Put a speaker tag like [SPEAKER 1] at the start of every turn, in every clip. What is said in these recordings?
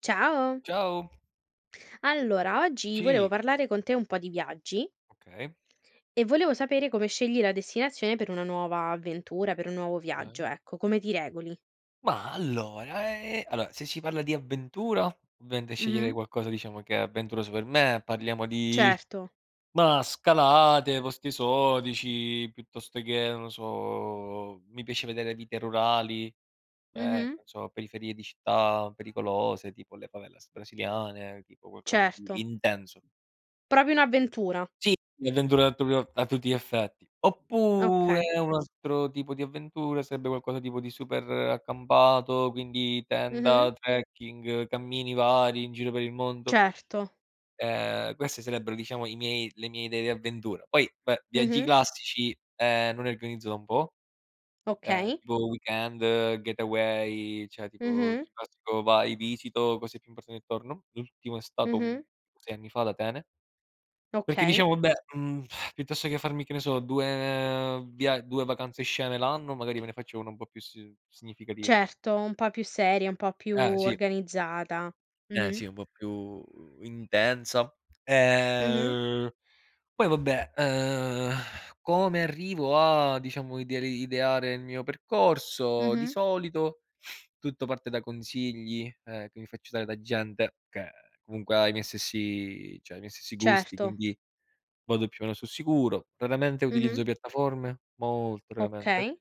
[SPEAKER 1] Ciao!
[SPEAKER 2] Ciao.
[SPEAKER 1] Allora, oggi volevo
[SPEAKER 2] Sì,
[SPEAKER 1] parlare con te un po' di viaggi
[SPEAKER 2] okay.
[SPEAKER 1] e volevo sapere come scegli la destinazione per una nuova avventura, per un nuovo viaggio,
[SPEAKER 2] Okay.
[SPEAKER 1] ecco, come ti regoli.
[SPEAKER 2] Ma allora se si parla di avventura, ovviamente
[SPEAKER 1] Mh-mh.
[SPEAKER 2] sceglierei qualcosa diciamo che è avventuroso per me, parliamo di
[SPEAKER 1] Certo.
[SPEAKER 2] mah, scalate, posti esotici, piuttosto che, non lo so, mi piace vedere vite rurali,
[SPEAKER 1] Mh-mh.
[SPEAKER 2] non so, periferie di città pericolose, tipo le favelas brasiliane, tipo qualcosa di
[SPEAKER 1] Certo.
[SPEAKER 2] intenso.
[SPEAKER 1] Proprio un'avventura.
[SPEAKER 2] Sì, un'avventura a tutti gli effetti.
[SPEAKER 1] Okay.
[SPEAKER 2] Oppure un altro tipo di avventura sarebbe qualcosa tipo di super accampato, quindi
[SPEAKER 1] Mh-mh.
[SPEAKER 2] tenda, trekking, cammini vari in giro per il mondo.
[SPEAKER 1] Certo.
[SPEAKER 2] Queste sarebbero diciamo i miei le mie idee di avventura. Poi beh, viaggi
[SPEAKER 1] Mh-mh.
[SPEAKER 2] classici, non ne organizzo da un po',
[SPEAKER 1] Okay.
[SPEAKER 2] tipo weekend, getaway, cioè tipo
[SPEAKER 1] Mh-mh.
[SPEAKER 2] il classico vai, visito, cose più importanti e torno. L'ultimo è stato un
[SPEAKER 1] Mh-mh.
[SPEAKER 2] 6 anni fa ad Atene. Perché
[SPEAKER 1] Okay.
[SPEAKER 2] diciamo: "Beh, piuttosto che farmi, che ne so, 2 via 2 vacanze sceme l'anno, magari me ne faccio una un po' più significativa."
[SPEAKER 1] Certo, un po' più seria, un po' più
[SPEAKER 2] Sì.
[SPEAKER 1] organizzata. Mh-mh.
[SPEAKER 2] Sì, un po' più intensa.
[SPEAKER 1] Mh-mh.
[SPEAKER 2] Ehm, poi vabbè, come arrivo a, diciamo, ideali ideare il mio percorso? Di
[SPEAKER 1] Mh-mh.
[SPEAKER 2] solito tutto parte da consigli, che mi faccio dare da gente che comunque ha i miei stessi gusti,
[SPEAKER 1] Certo.
[SPEAKER 2] quindi vado più o meno sul sicuro. Raramente
[SPEAKER 1] Mh-mh.
[SPEAKER 2] utilizzo piattaforme, molto raramente.
[SPEAKER 1] Okay.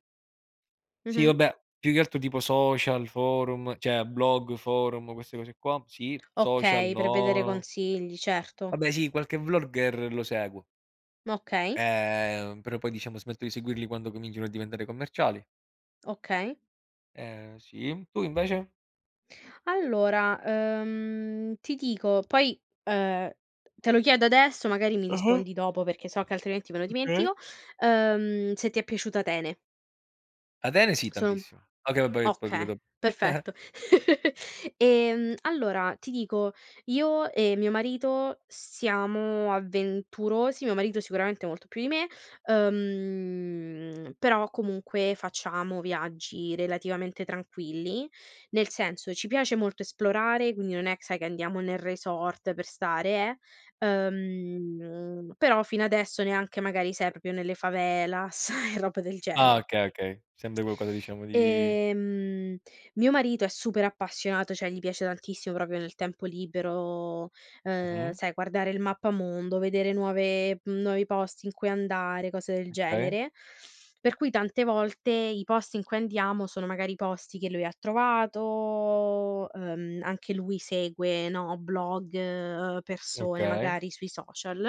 [SPEAKER 2] Sì,
[SPEAKER 1] Mh-mh.
[SPEAKER 2] vabbè, più che altro tipo social, forum, cioè blog, forum, queste cose qua, sì, social
[SPEAKER 1] Okay, per vedere
[SPEAKER 2] no.
[SPEAKER 1] consigli, certo.
[SPEAKER 2] Vabbè sì, qualche vlogger lo seguo,
[SPEAKER 1] Okay,
[SPEAKER 2] però poi diciamo smetto di seguirli quando cominciano a diventare commerciali.
[SPEAKER 1] okay.
[SPEAKER 2] Sì. Tu invece?
[SPEAKER 1] Allora, ti dico poi, te lo chiedo adesso, magari mi
[SPEAKER 2] Ah-ah,
[SPEAKER 1] rispondi dopo perché so che altrimenti me lo
[SPEAKER 2] okay.
[SPEAKER 1] dimentico, se ti è piaciuta Atene.
[SPEAKER 2] Atene sì,
[SPEAKER 1] Sono
[SPEAKER 2] tantissimo. Okay, vabbè, te lo dico
[SPEAKER 1] Okay,
[SPEAKER 2] dopo.
[SPEAKER 1] perfetto. Allora ti dico, io e mio marito siamo avventurosi, mio marito sicuramente molto più di me, però comunque facciamo viaggi relativamente tranquilli, nel senso ci piace molto esplorare, quindi non è che sai che andiamo nel resort per stare, però fino adesso neanche magari sai proprio nelle favelas e roba del
[SPEAKER 2] Ah,
[SPEAKER 1] genere.
[SPEAKER 2] okay, okay. Sempre qualcosa diciamo di,
[SPEAKER 1] Ehm, Mio marito è super appassionato, cioè gli piace tantissimo proprio nel tempo libero,
[SPEAKER 2] mh-mh,
[SPEAKER 1] sai guardare il mappamondo, vedere nuovi posti in cui andare, cose del
[SPEAKER 2] okay,
[SPEAKER 1] genere. Per cui tante volte i posti in cui andiamo sono magari posti che lui ha trovato, anche lui segue, no, blog, persone
[SPEAKER 2] okay,
[SPEAKER 1] magari sui social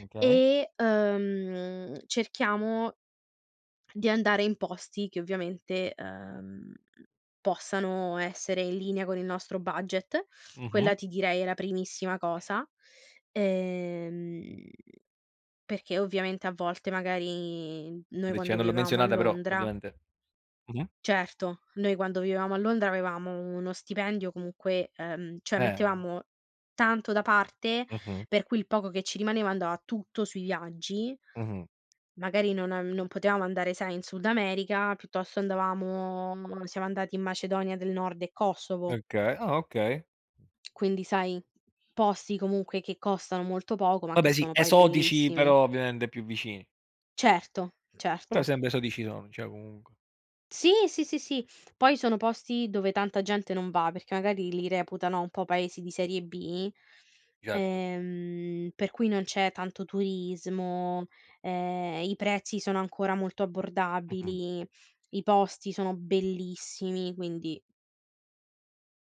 [SPEAKER 2] okay.
[SPEAKER 1] e, cerchiamo di andare in posti che ovviamente, possano essere in linea con il nostro budget. Quella
[SPEAKER 2] Mh-mh.
[SPEAKER 1] ti direi è la primissima cosa, ehm, perché ovviamente a volte magari noi
[SPEAKER 2] Dice
[SPEAKER 1] quando
[SPEAKER 2] non l'ho
[SPEAKER 1] vivevamo a
[SPEAKER 2] menzionata, però
[SPEAKER 1] Londra
[SPEAKER 2] ovviamente. Mh-mh.
[SPEAKER 1] certo, noi quando vivevamo a Londra avevamo uno stipendio comunque, cioè
[SPEAKER 2] Eh,
[SPEAKER 1] mettevamo tanto da parte,
[SPEAKER 2] mh-mh,
[SPEAKER 1] per cui il poco che ci rimaneva andava tutto sui viaggi.
[SPEAKER 2] mh-mh,
[SPEAKER 1] Magari non potevamo andare, sai, in Sud America, piuttosto andavamo siamo andati in Macedonia del Nord e Kosovo,
[SPEAKER 2] okay, ah, okay.
[SPEAKER 1] quindi sai, posti comunque che costano molto poco, ma che
[SPEAKER 2] Vabbè sì,
[SPEAKER 1] sono poi
[SPEAKER 2] esotici
[SPEAKER 1] bellissimi.
[SPEAKER 2] però ovviamente più vicini.
[SPEAKER 1] Certo, certo.
[SPEAKER 2] Però sempre esotici sono, cioè comunque.
[SPEAKER 1] Sì, sì, sì, sì. Poi sono posti dove tanta gente non va, perché magari li reputano un po' paesi di serie B,
[SPEAKER 2] Certo.
[SPEAKER 1] per cui non c'è tanto turismo, i prezzi sono ancora molto
[SPEAKER 2] Mh-mh.
[SPEAKER 1] abbordabili, i posti sono bellissimi, quindi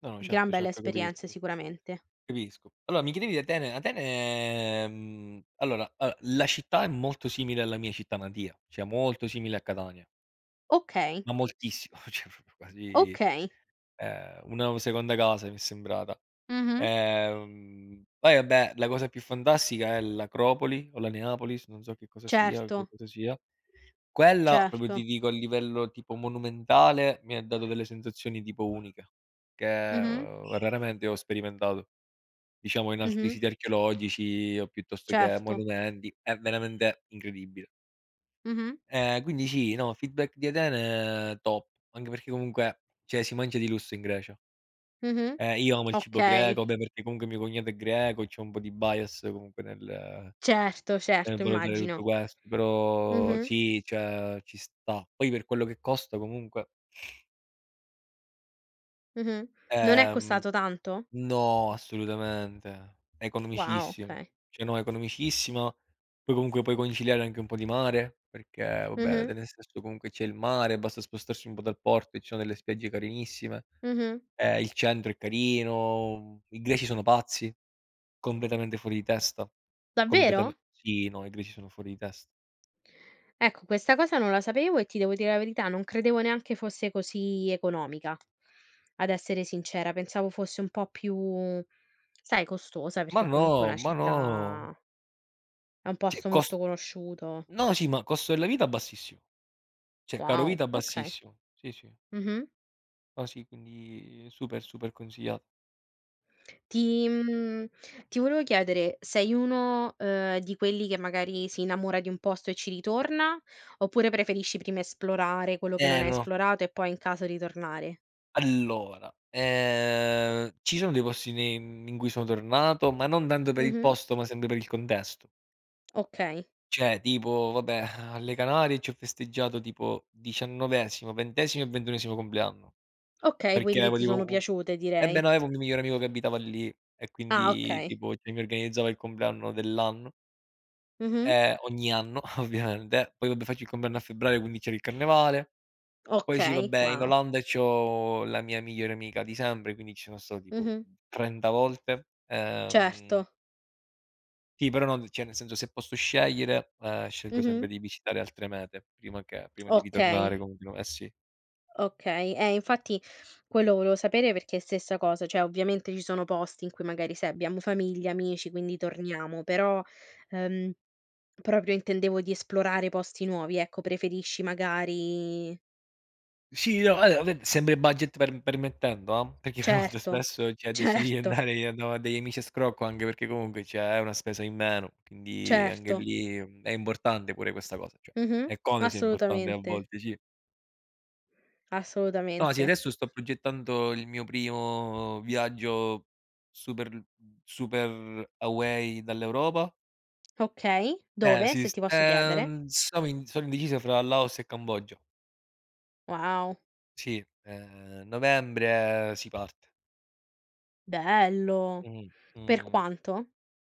[SPEAKER 2] No, no,
[SPEAKER 1] gran
[SPEAKER 2] certo,
[SPEAKER 1] bella
[SPEAKER 2] certo,
[SPEAKER 1] esperienza
[SPEAKER 2] capisco,
[SPEAKER 1] sicuramente.
[SPEAKER 2] capisco. Allora mi chiedevi di Atene. Atene, allora, a la città è molto simile alla mia città natia, cioè molto simile a Catania,
[SPEAKER 1] Okay,
[SPEAKER 2] ma moltissimo, cioè proprio quasi,
[SPEAKER 1] okay.
[SPEAKER 2] una seconda casa mi è sembrata.
[SPEAKER 1] Mh-mh.
[SPEAKER 2] Poi vabbè, la cosa più fantastica è l'Acropoli o la Neapolis, non so che cosa sia
[SPEAKER 1] Certo,
[SPEAKER 2] che cosa sia. Quella, proprio
[SPEAKER 1] certo.
[SPEAKER 2] ti dico a livello tipo monumentale, mi ha dato delle sensazioni tipo uniche, che,
[SPEAKER 1] Mh-mh.
[SPEAKER 2] raramente ho sperimentato. Diciamo in altri
[SPEAKER 1] Mh-mh.
[SPEAKER 2] siti archeologici o piuttosto che
[SPEAKER 1] Certo.
[SPEAKER 2] monumenti, è veramente incredibile.
[SPEAKER 1] Mh-mh.
[SPEAKER 2] Quindi sì, no, feedback di Atene top, anche perché comunque, cioè si mangia di lusso in Grecia.
[SPEAKER 1] Mh-mh.
[SPEAKER 2] Io amo il cibo
[SPEAKER 1] Okay.
[SPEAKER 2] greco, vabbè perché comunque mio cognato è greco, c'ho un po' di bias comunque nel
[SPEAKER 1] Certo,
[SPEAKER 2] nel
[SPEAKER 1] certo,
[SPEAKER 2] valutare tutto
[SPEAKER 1] immagino.
[SPEAKER 2] questo, però
[SPEAKER 1] Mh-mh,
[SPEAKER 2] sì, cioè ci sta. Poi per quello che costa comunque,
[SPEAKER 1] mh-mh. Non è
[SPEAKER 2] ehm
[SPEAKER 1] costato tanto?
[SPEAKER 2] no, assolutamente, è
[SPEAKER 1] Wow,
[SPEAKER 2] economicissimo.
[SPEAKER 1] okay.
[SPEAKER 2] Cioè no, economicissimo, poi comunque puoi conciliare anche un po' di mare, perché vabbè
[SPEAKER 1] Mh-mh,
[SPEAKER 2] te nel senso comunque c'è il mare, basta spostarsi un po' dal porto e ci sono delle spiagge carinissime,
[SPEAKER 1] mh-mh.
[SPEAKER 2] il centro è carino, i greci sono pazzi. Completamente fuori di testa. Completame
[SPEAKER 1] Davvero?
[SPEAKER 2] sì, no, i greci sono fuori di testa.
[SPEAKER 1] Ecco, questa cosa non la sapevo e ti devo dire la verità, non credevo neanche fosse così economica, ad essere sincera. Pensavo fosse un po' più, sai, costosa,
[SPEAKER 2] Ma
[SPEAKER 1] perché
[SPEAKER 2] no,
[SPEAKER 1] comunque è una
[SPEAKER 2] ma no.
[SPEAKER 1] città è un
[SPEAKER 2] Cioè
[SPEAKER 1] posto
[SPEAKER 2] cos
[SPEAKER 1] molto conosciuto.
[SPEAKER 2] no, sì, ma costo della vita bassissimo. Cioè, caro
[SPEAKER 1] Wow,
[SPEAKER 2] vita
[SPEAKER 1] okay.
[SPEAKER 2] bassissimo. Sì, sì.
[SPEAKER 1] Mh-mh.
[SPEAKER 2] No, sì, quindi super, super consigliato.
[SPEAKER 1] Ti mhmm, ti volevo chiedere, sei uno, di quelli che magari si innamora di un posto e ci ritorna, oppure preferisci prima esplorare quello che non hai
[SPEAKER 2] No.
[SPEAKER 1] esplorato e poi in caso ritornare?
[SPEAKER 2] Allora, ci sono dei posti ne in cui sono tornato, ma non tanto per il
[SPEAKER 1] Mh-mh.
[SPEAKER 2] posto, ma sempre per il contesto.
[SPEAKER 1] Okay.
[SPEAKER 2] Cioè, tipo, vabbè, alle Canarie ci ho festeggiato tipo 19°, 20° e 21° compleanno.
[SPEAKER 1] Okay,
[SPEAKER 2] Perché
[SPEAKER 1] quindi
[SPEAKER 2] avevo
[SPEAKER 1] ti sono
[SPEAKER 2] tipo un
[SPEAKER 1] piaciute
[SPEAKER 2] eh
[SPEAKER 1] direi.
[SPEAKER 2] beh, no, avevo un mio migliore amico che abitava lì e
[SPEAKER 1] Ah,
[SPEAKER 2] quindi
[SPEAKER 1] okay.
[SPEAKER 2] tipo cioè mi organizzava il compleanno dell'anno,
[SPEAKER 1] Mh-mh.
[SPEAKER 2] ogni anno ovviamente. Poi vabbè faccio il compleanno a febbraio, quindi c'era il carnevale. Poi sì,
[SPEAKER 1] Okay,
[SPEAKER 2] vabbè, in
[SPEAKER 1] wow.
[SPEAKER 2] Olanda c'ho la mia migliore amica di sempre, quindi ci sono stato tipo
[SPEAKER 1] Mh-mh.
[SPEAKER 2] 30 volte.
[SPEAKER 1] Certo.
[SPEAKER 2] Sì, però non cioè nel senso se posso scegliere, scelgo
[SPEAKER 1] Mh-mh.
[SPEAKER 2] sempre di visitare altre mete prima di
[SPEAKER 1] Okay.
[SPEAKER 2] ritornare comunque no, eh sì.
[SPEAKER 1] Okay, eh infatti quello volevo sapere perché è stessa cosa, cioè ovviamente ci sono posti in cui magari sai abbiamo famiglia, amici, quindi torniamo, però, ehm, proprio intendevo di esplorare posti nuovi, ecco, preferisci magari
[SPEAKER 2] Sì, no, allora vabbè, sempre budget permettendo, no, perché molto
[SPEAKER 1] certo,
[SPEAKER 2] spesso, cioè, decidi di
[SPEAKER 1] certo,
[SPEAKER 2] andare io andavo a degli amici a scrocco, anche perché comunque, cioè, è una spesa in meno, quindi anche
[SPEAKER 1] certo.
[SPEAKER 2] lì, è importante pure questa cosa, cioè,
[SPEAKER 1] Mh-mh.
[SPEAKER 2] e come sia importante a
[SPEAKER 1] Assolutamente,
[SPEAKER 2] volte, sì. No, sì,
[SPEAKER 1] assolutamente.
[SPEAKER 2] adesso sto progettando il mio primo viaggio super l super away dall'Europa.
[SPEAKER 1] Okay, dove,
[SPEAKER 2] Sì,
[SPEAKER 1] se
[SPEAKER 2] s
[SPEAKER 1] ti posso chiedere?
[SPEAKER 2] stavo in sono indeciso fra Laos e Cambogia.
[SPEAKER 1] Wow,
[SPEAKER 2] Sì, novembre si parte.
[SPEAKER 1] bello.
[SPEAKER 2] Mh,
[SPEAKER 1] Per
[SPEAKER 2] mh.
[SPEAKER 1] quanto?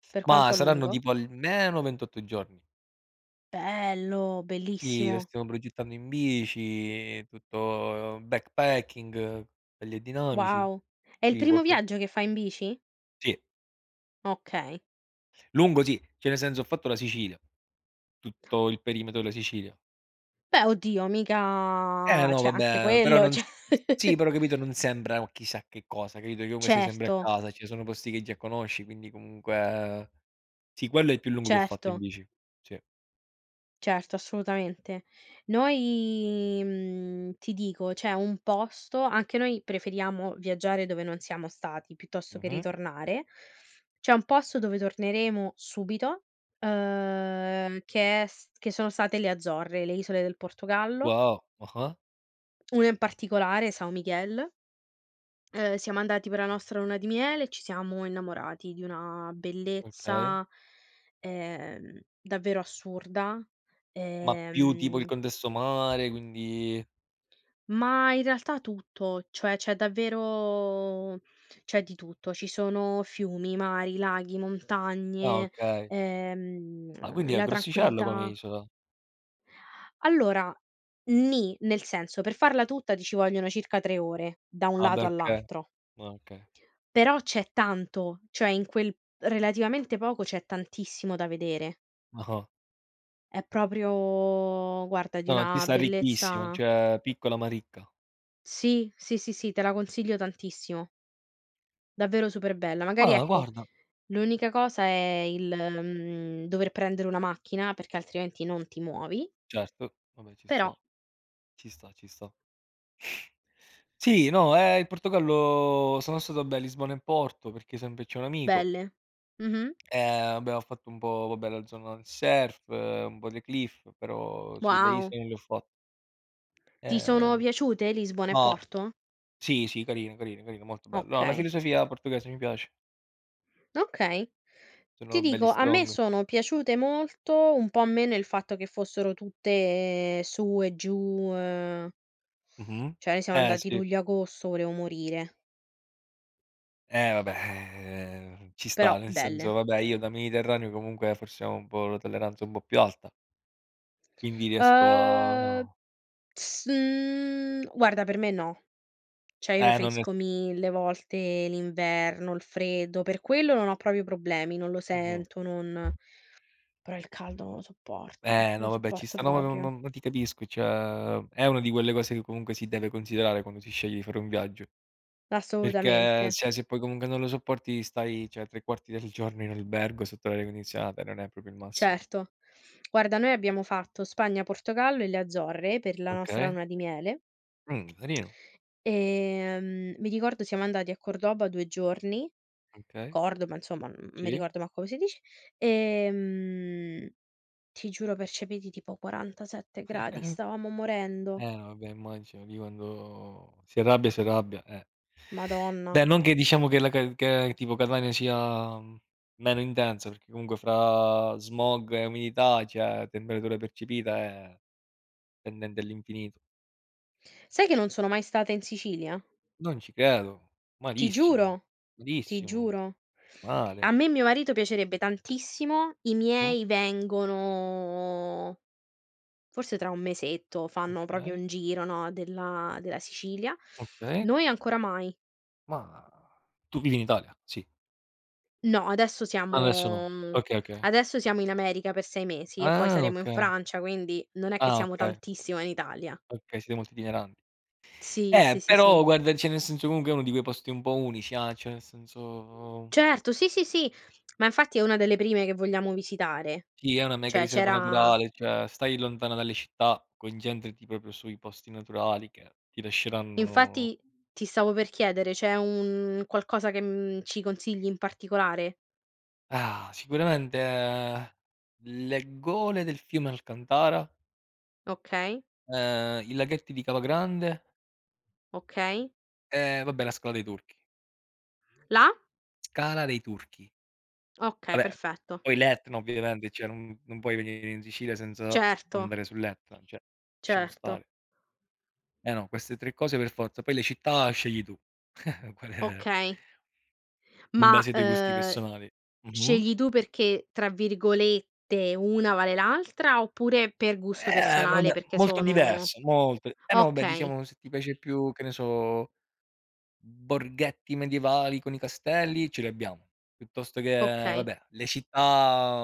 [SPEAKER 1] Per
[SPEAKER 2] Ma
[SPEAKER 1] quanto a
[SPEAKER 2] saranno
[SPEAKER 1] lungo?
[SPEAKER 2] tipo almeno 28 giorni.
[SPEAKER 1] Bello,
[SPEAKER 2] Sì, lo
[SPEAKER 1] bellissimo.
[SPEAKER 2] stiamo progettando in bici, tutto backpacking, belli dinamici.
[SPEAKER 1] Wow. È il
[SPEAKER 2] Sì,
[SPEAKER 1] primo
[SPEAKER 2] qualco
[SPEAKER 1] viaggio che fai in bici?
[SPEAKER 2] sì,
[SPEAKER 1] Okay.
[SPEAKER 2] lungo sì, cioè nel senso ho fatto la Sicilia, tutto il perimetro della Sicilia.
[SPEAKER 1] Beh, oddio,
[SPEAKER 2] Eh
[SPEAKER 1] mica
[SPEAKER 2] no
[SPEAKER 1] cioè anche
[SPEAKER 2] vabbè, però
[SPEAKER 1] quello,
[SPEAKER 2] non
[SPEAKER 1] cioè
[SPEAKER 2] s s sì, però capito non sembra un chissà che cosa, capito, che comunque sei sempre
[SPEAKER 1] Certo,
[SPEAKER 2] a casa, cioè sono posti che già conosci, quindi comunque sì, quello è il più lungo che ho fatto in
[SPEAKER 1] certo,
[SPEAKER 2] bici. Sì.
[SPEAKER 1] certo, assolutamente. Noi, ti dico, c'è un posto anche noi preferiamo viaggiare dove non siamo stati, piuttosto che
[SPEAKER 2] Mh-mh.
[SPEAKER 1] ritornare. C'è un posto dove torneremo subito, che è s che sono state le Azzorre, le isole del Portogallo,
[SPEAKER 2] Wow. Ah-ah.
[SPEAKER 1] una in particolare, São Miguel. Siamo andati per la nostra luna di miele e ci siamo innamorati di una
[SPEAKER 2] Okay.
[SPEAKER 1] bellezza, davvero assurda,
[SPEAKER 2] Ma più tipo il
[SPEAKER 1] ehm,
[SPEAKER 2] contesto mare, quindi
[SPEAKER 1] ma in realtà tutto, cioè c'è di tutto. Ci sono fiumi, mari, laghi,
[SPEAKER 2] ah,
[SPEAKER 1] montagne,
[SPEAKER 2] okay. Ah, quindi è
[SPEAKER 1] la
[SPEAKER 2] grossicello come
[SPEAKER 1] tranquillità.
[SPEAKER 2] isola.
[SPEAKER 1] Allora, nì, nel senso, per farla tutta ti ci vogliono circa 3 ore, da un
[SPEAKER 2] Ah
[SPEAKER 1] lato
[SPEAKER 2] beh, okay.
[SPEAKER 1] all'altro.
[SPEAKER 2] Ah, okay.
[SPEAKER 1] Però c'è tanto, cioè in quel relativamente poco c'è tantissimo da vedere.
[SPEAKER 2] Ah-ah.
[SPEAKER 1] È proprio guarda di
[SPEAKER 2] No, ci
[SPEAKER 1] una
[SPEAKER 2] sta ricchissima,
[SPEAKER 1] bellezza.
[SPEAKER 2] cioè piccola ma ricca.
[SPEAKER 1] Sì, sì, sì, sì, te la consiglio tantissimo. Davvero super bella. Magari
[SPEAKER 2] Ma
[SPEAKER 1] ecco,
[SPEAKER 2] guarda
[SPEAKER 1] l'unica cosa è il, dover prendere una macchina perché altrimenti non ti muovi,
[SPEAKER 2] certo, vabbè ci sta,
[SPEAKER 1] però
[SPEAKER 2] ci sta, ci sta. Sì, no, il Portogallo sono stato vabbè a Lisbona e Porto, perché sempre c'è un amico,
[SPEAKER 1] belle. Mh-mh.
[SPEAKER 2] abbiamo fatto un po' vabbè la zona del surf, un po' le cliff, però sì, le
[SPEAKER 1] Wow.
[SPEAKER 2] isole non le ho fatte.
[SPEAKER 1] Ti sono
[SPEAKER 2] Ehm,
[SPEAKER 1] piaciute Lisbona e
[SPEAKER 2] ma
[SPEAKER 1] Porto?
[SPEAKER 2] Sì, sì, carino, carino, carino, molto bello. No, la
[SPEAKER 1] Okay,
[SPEAKER 2] filosofia portoghese mi piace,
[SPEAKER 1] okay. Ti
[SPEAKER 2] sono belli
[SPEAKER 1] dico, a me
[SPEAKER 2] strong.
[SPEAKER 1] sono piaciute molto, un po' meno il fatto che fossero tutte su e giù,
[SPEAKER 2] Mh-mh.
[SPEAKER 1] cioè noi siamo
[SPEAKER 2] Eh
[SPEAKER 1] andati
[SPEAKER 2] sì,
[SPEAKER 1] luglio-agosto, volevo morire,
[SPEAKER 2] eh vabbè, ci sta,
[SPEAKER 1] però
[SPEAKER 2] nel
[SPEAKER 1] belle.
[SPEAKER 2] senso, vabbè, io da mediterraneo comunque forse ho un po' la tolleranza un po' più alta, quindi riesco
[SPEAKER 1] Uhm,
[SPEAKER 2] a
[SPEAKER 1] Guarda per me no, cioè io
[SPEAKER 2] non ne.
[SPEAKER 1] preferisco mille volte l'inverno, il freddo, per quello non ho proprio problemi, non lo
[SPEAKER 2] Mh-mh.
[SPEAKER 1] sento, non però il caldo non lo sopporto, non
[SPEAKER 2] Eh
[SPEAKER 1] lo
[SPEAKER 2] no, vabbè, ci
[SPEAKER 1] sopporto
[SPEAKER 2] sta, no, ma ma
[SPEAKER 1] proprio.
[SPEAKER 2] ma ma ti capisco, cioè è una di quelle cose che comunque si deve considerare quando si sceglie di fare un viaggio, perché
[SPEAKER 1] Assolutamente,
[SPEAKER 2] se poi comunque non lo sopporti stai, cioè, 3 quarti del giorno in albergo sotto l'aria condizionata, non è proprio il massimo.
[SPEAKER 1] certo. Guarda, noi abbiamo fatto Spagna, Portogallo e le Azzorre per la nostra
[SPEAKER 2] Okay.
[SPEAKER 1] luna di miele,
[SPEAKER 2] Carino.
[SPEAKER 1] mi ricordo siamo andati a Cordoba 2 giorni,
[SPEAKER 2] Okay.
[SPEAKER 1] Cordoba insomma, non mi
[SPEAKER 2] Sì.
[SPEAKER 1] ricordo manco come si dice, ehm, ti giuro percepiti tipo 47 gradi, stavamo morendo.
[SPEAKER 2] No vabbè immagino lì quando si arrabbia, eh.
[SPEAKER 1] Madonna.
[SPEAKER 2] Beh, non che diciamo che la ca che tipo Catania sia, meno intensa, perché comunque fra smog e umidità, cioè temperatura percepita è tendente all'infinito.
[SPEAKER 1] Sai che non sono mai stata in Sicilia?
[SPEAKER 2] Non ci credo.
[SPEAKER 1] Ti
[SPEAKER 2] Malissimo,
[SPEAKER 1] giuro, ti
[SPEAKER 2] malissimo,
[SPEAKER 1] giuro. A
[SPEAKER 2] male.
[SPEAKER 1] me e mio marito piacerebbe tantissimo, i
[SPEAKER 2] Mh,
[SPEAKER 1] miei vengono. Forse tra un mesetto fanno proprio
[SPEAKER 2] okay,
[SPEAKER 1] un giro, no, della Sicilia.
[SPEAKER 2] okay.
[SPEAKER 1] Noi ancora mai.
[SPEAKER 2] Ma tu vivi in Italia? Sì.
[SPEAKER 1] No,
[SPEAKER 2] Ah, adesso no. Okay, okay.
[SPEAKER 1] adesso siamo in America per 6 mesi e poi
[SPEAKER 2] Ah,
[SPEAKER 1] saremo in
[SPEAKER 2] okay.
[SPEAKER 1] Francia, quindi non è che
[SPEAKER 2] Ah,
[SPEAKER 1] siamo
[SPEAKER 2] okay.
[SPEAKER 1] tantissimo in Italia.
[SPEAKER 2] Okay, siete molto itineranti.
[SPEAKER 1] Sì, sì, sì, sì.
[SPEAKER 2] Però guarda, cioè nel senso comunque è uno di quei posti un po' unici, ah, cioè nel senso
[SPEAKER 1] Certo, sì, sì, sì, ma infatti è una delle prime che vogliamo visitare.
[SPEAKER 2] sì, è una mega
[SPEAKER 1] Cioè
[SPEAKER 2] riserva
[SPEAKER 1] c'era
[SPEAKER 2] naturale, cioè stai lontana dalle città, concentrati proprio sui posti naturali che ti lasceranno
[SPEAKER 1] infatti ti stavo per chiedere, c'è un qualcosa che, ci consigli in particolare?
[SPEAKER 2] ah, sicuramente le gole del fiume Alcantara,
[SPEAKER 1] Okay,
[SPEAKER 2] i laghetti di Cava Grande
[SPEAKER 1] okay.
[SPEAKER 2] e vabbè la Scala dei Turchi.
[SPEAKER 1] Là?
[SPEAKER 2] Scala dei Turchi.
[SPEAKER 1] Okay,
[SPEAKER 2] Vabbè,
[SPEAKER 1] perfetto.
[SPEAKER 2] poi l'Etna ovviamente, cioè non puoi venire in Sicilia senza
[SPEAKER 1] Certo,
[SPEAKER 2] andare sull'Etna, cioè lasciamo
[SPEAKER 1] certo,
[SPEAKER 2] stare. Eh no, queste 3 cose per forza, poi le città scegli tu, qual è
[SPEAKER 1] okay.
[SPEAKER 2] in
[SPEAKER 1] Ma,
[SPEAKER 2] base ai tuoi gusti personali. Mh-mh.
[SPEAKER 1] scegli tu perché, tra virgolette, "una vale l'altra" oppure per gusto
[SPEAKER 2] Eh
[SPEAKER 1] personale
[SPEAKER 2] vabbè,
[SPEAKER 1] perché
[SPEAKER 2] molto
[SPEAKER 1] sono
[SPEAKER 2] diverso, molto eh no, vabbè
[SPEAKER 1] okay,
[SPEAKER 2] diciamo se ti piace più, che ne so, borghetti medievali con i castelli, ce li abbiamo, piuttosto che
[SPEAKER 1] okay,
[SPEAKER 2] vabbè, le città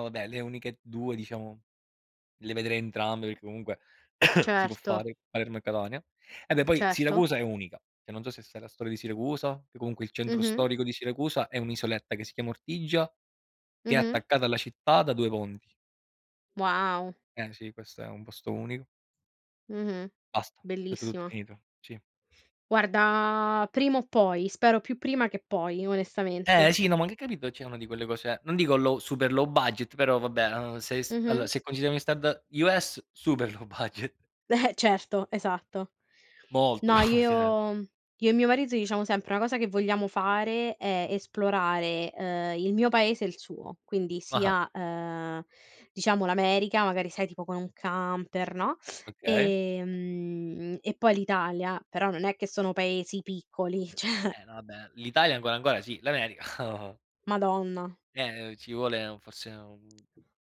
[SPEAKER 2] vabbè, le uniche 2 diciamo. Le vedrei entrambe perché comunque si può
[SPEAKER 1] certo,
[SPEAKER 2] fare Palermo e Catania. E beh, poi
[SPEAKER 1] certo.
[SPEAKER 2] Siracusa è unica, cioè non so se sai la storia di Siracusa, che comunque il centro
[SPEAKER 1] Mh-mh,
[SPEAKER 2] storico di Siracusa è un'isoletta che si chiama Ortigia, che è
[SPEAKER 1] mh-mh.
[SPEAKER 2] attaccata alla città da 2 ponti.
[SPEAKER 1] Wow,
[SPEAKER 2] Eh sì, questo è un posto unico.
[SPEAKER 1] mh-mh.
[SPEAKER 2] Basta, ho detto tutto,
[SPEAKER 1] Bellissimo.
[SPEAKER 2] finito, sì.
[SPEAKER 1] Guarda, prima o poi, spero più prima che poi,
[SPEAKER 2] Eh
[SPEAKER 1] onestamente.
[SPEAKER 2] sì, no, ma anche capito, cioè una di quelle cose non dico low super low budget, però vabbè, se s allora
[SPEAKER 1] Mh-mh.
[SPEAKER 2] se consideriamo i standard US, super low budget,
[SPEAKER 1] Certo, esatto.
[SPEAKER 2] molto low
[SPEAKER 1] No,
[SPEAKER 2] budget.
[SPEAKER 1] io e mio marito diciamo sempre una cosa che vogliamo fare è esplorare, il mio paese e il suo, quindi
[SPEAKER 2] Ah-ah,
[SPEAKER 1] sia, diciamo l'America, magari sai tipo con un camper, no,
[SPEAKER 2] okay.
[SPEAKER 1] e poi l'Italia, però non è che sono paesi piccoli, cioè
[SPEAKER 2] No vabbè, l'Italia ancora ancora sì, l'America
[SPEAKER 1] madonna.
[SPEAKER 2] ci vuole forse un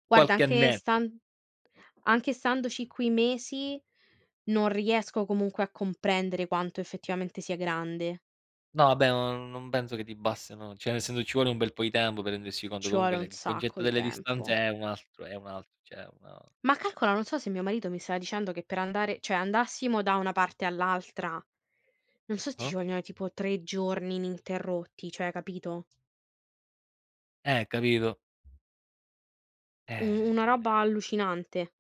[SPEAKER 1] Guarda
[SPEAKER 2] qualche annetto.
[SPEAKER 1] anche standoci qui mesi non riesco comunque a comprendere quanto effettivamente sia grande.
[SPEAKER 2] No vabbè, non penso che ti bastino, cioè nel senso ci vuole un bel po' di tempo per rendersi conto,
[SPEAKER 1] Ci vuole
[SPEAKER 2] comunque le
[SPEAKER 1] un
[SPEAKER 2] il
[SPEAKER 1] sacco
[SPEAKER 2] concetto
[SPEAKER 1] di
[SPEAKER 2] delle
[SPEAKER 1] tempo.
[SPEAKER 2] distanze è un altro, cioè una
[SPEAKER 1] Ma calcola, non so se mio marito mi stava dicendo che per andare cioè andassimo da una parte all'altra, non so se ti
[SPEAKER 2] ah-ah.
[SPEAKER 1] ci vogliono tipo 3 giorni ininterrotti, cioè capito?
[SPEAKER 2] Capito.
[SPEAKER 1] U una
[SPEAKER 2] Eh,
[SPEAKER 1] roba allucinante.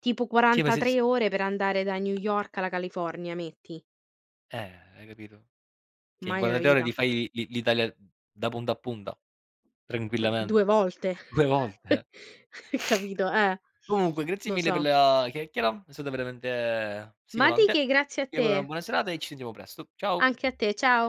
[SPEAKER 1] Tipo
[SPEAKER 2] sì ma se s
[SPEAKER 1] 43 ore per andare da New York alla California, metti.
[SPEAKER 2] eh, hai capito? Che in
[SPEAKER 1] Mai nella
[SPEAKER 2] 48 ore
[SPEAKER 1] vita.
[SPEAKER 2] ti fai l'Italia da punta a punta,
[SPEAKER 1] 2
[SPEAKER 2] tranquillamente.
[SPEAKER 1] volte.
[SPEAKER 2] 2 volte.
[SPEAKER 1] Capito?
[SPEAKER 2] Comunque grazie
[SPEAKER 1] Lo
[SPEAKER 2] mille per
[SPEAKER 1] so.
[SPEAKER 2] la chiacchiera, è stata veramente
[SPEAKER 1] Ma di che,
[SPEAKER 2] stimolante.
[SPEAKER 1] grazie a
[SPEAKER 2] Ti auguro una
[SPEAKER 1] te.
[SPEAKER 2] buona serata e ci sentiamo presto. Ciao.
[SPEAKER 1] Anche a te, ciao.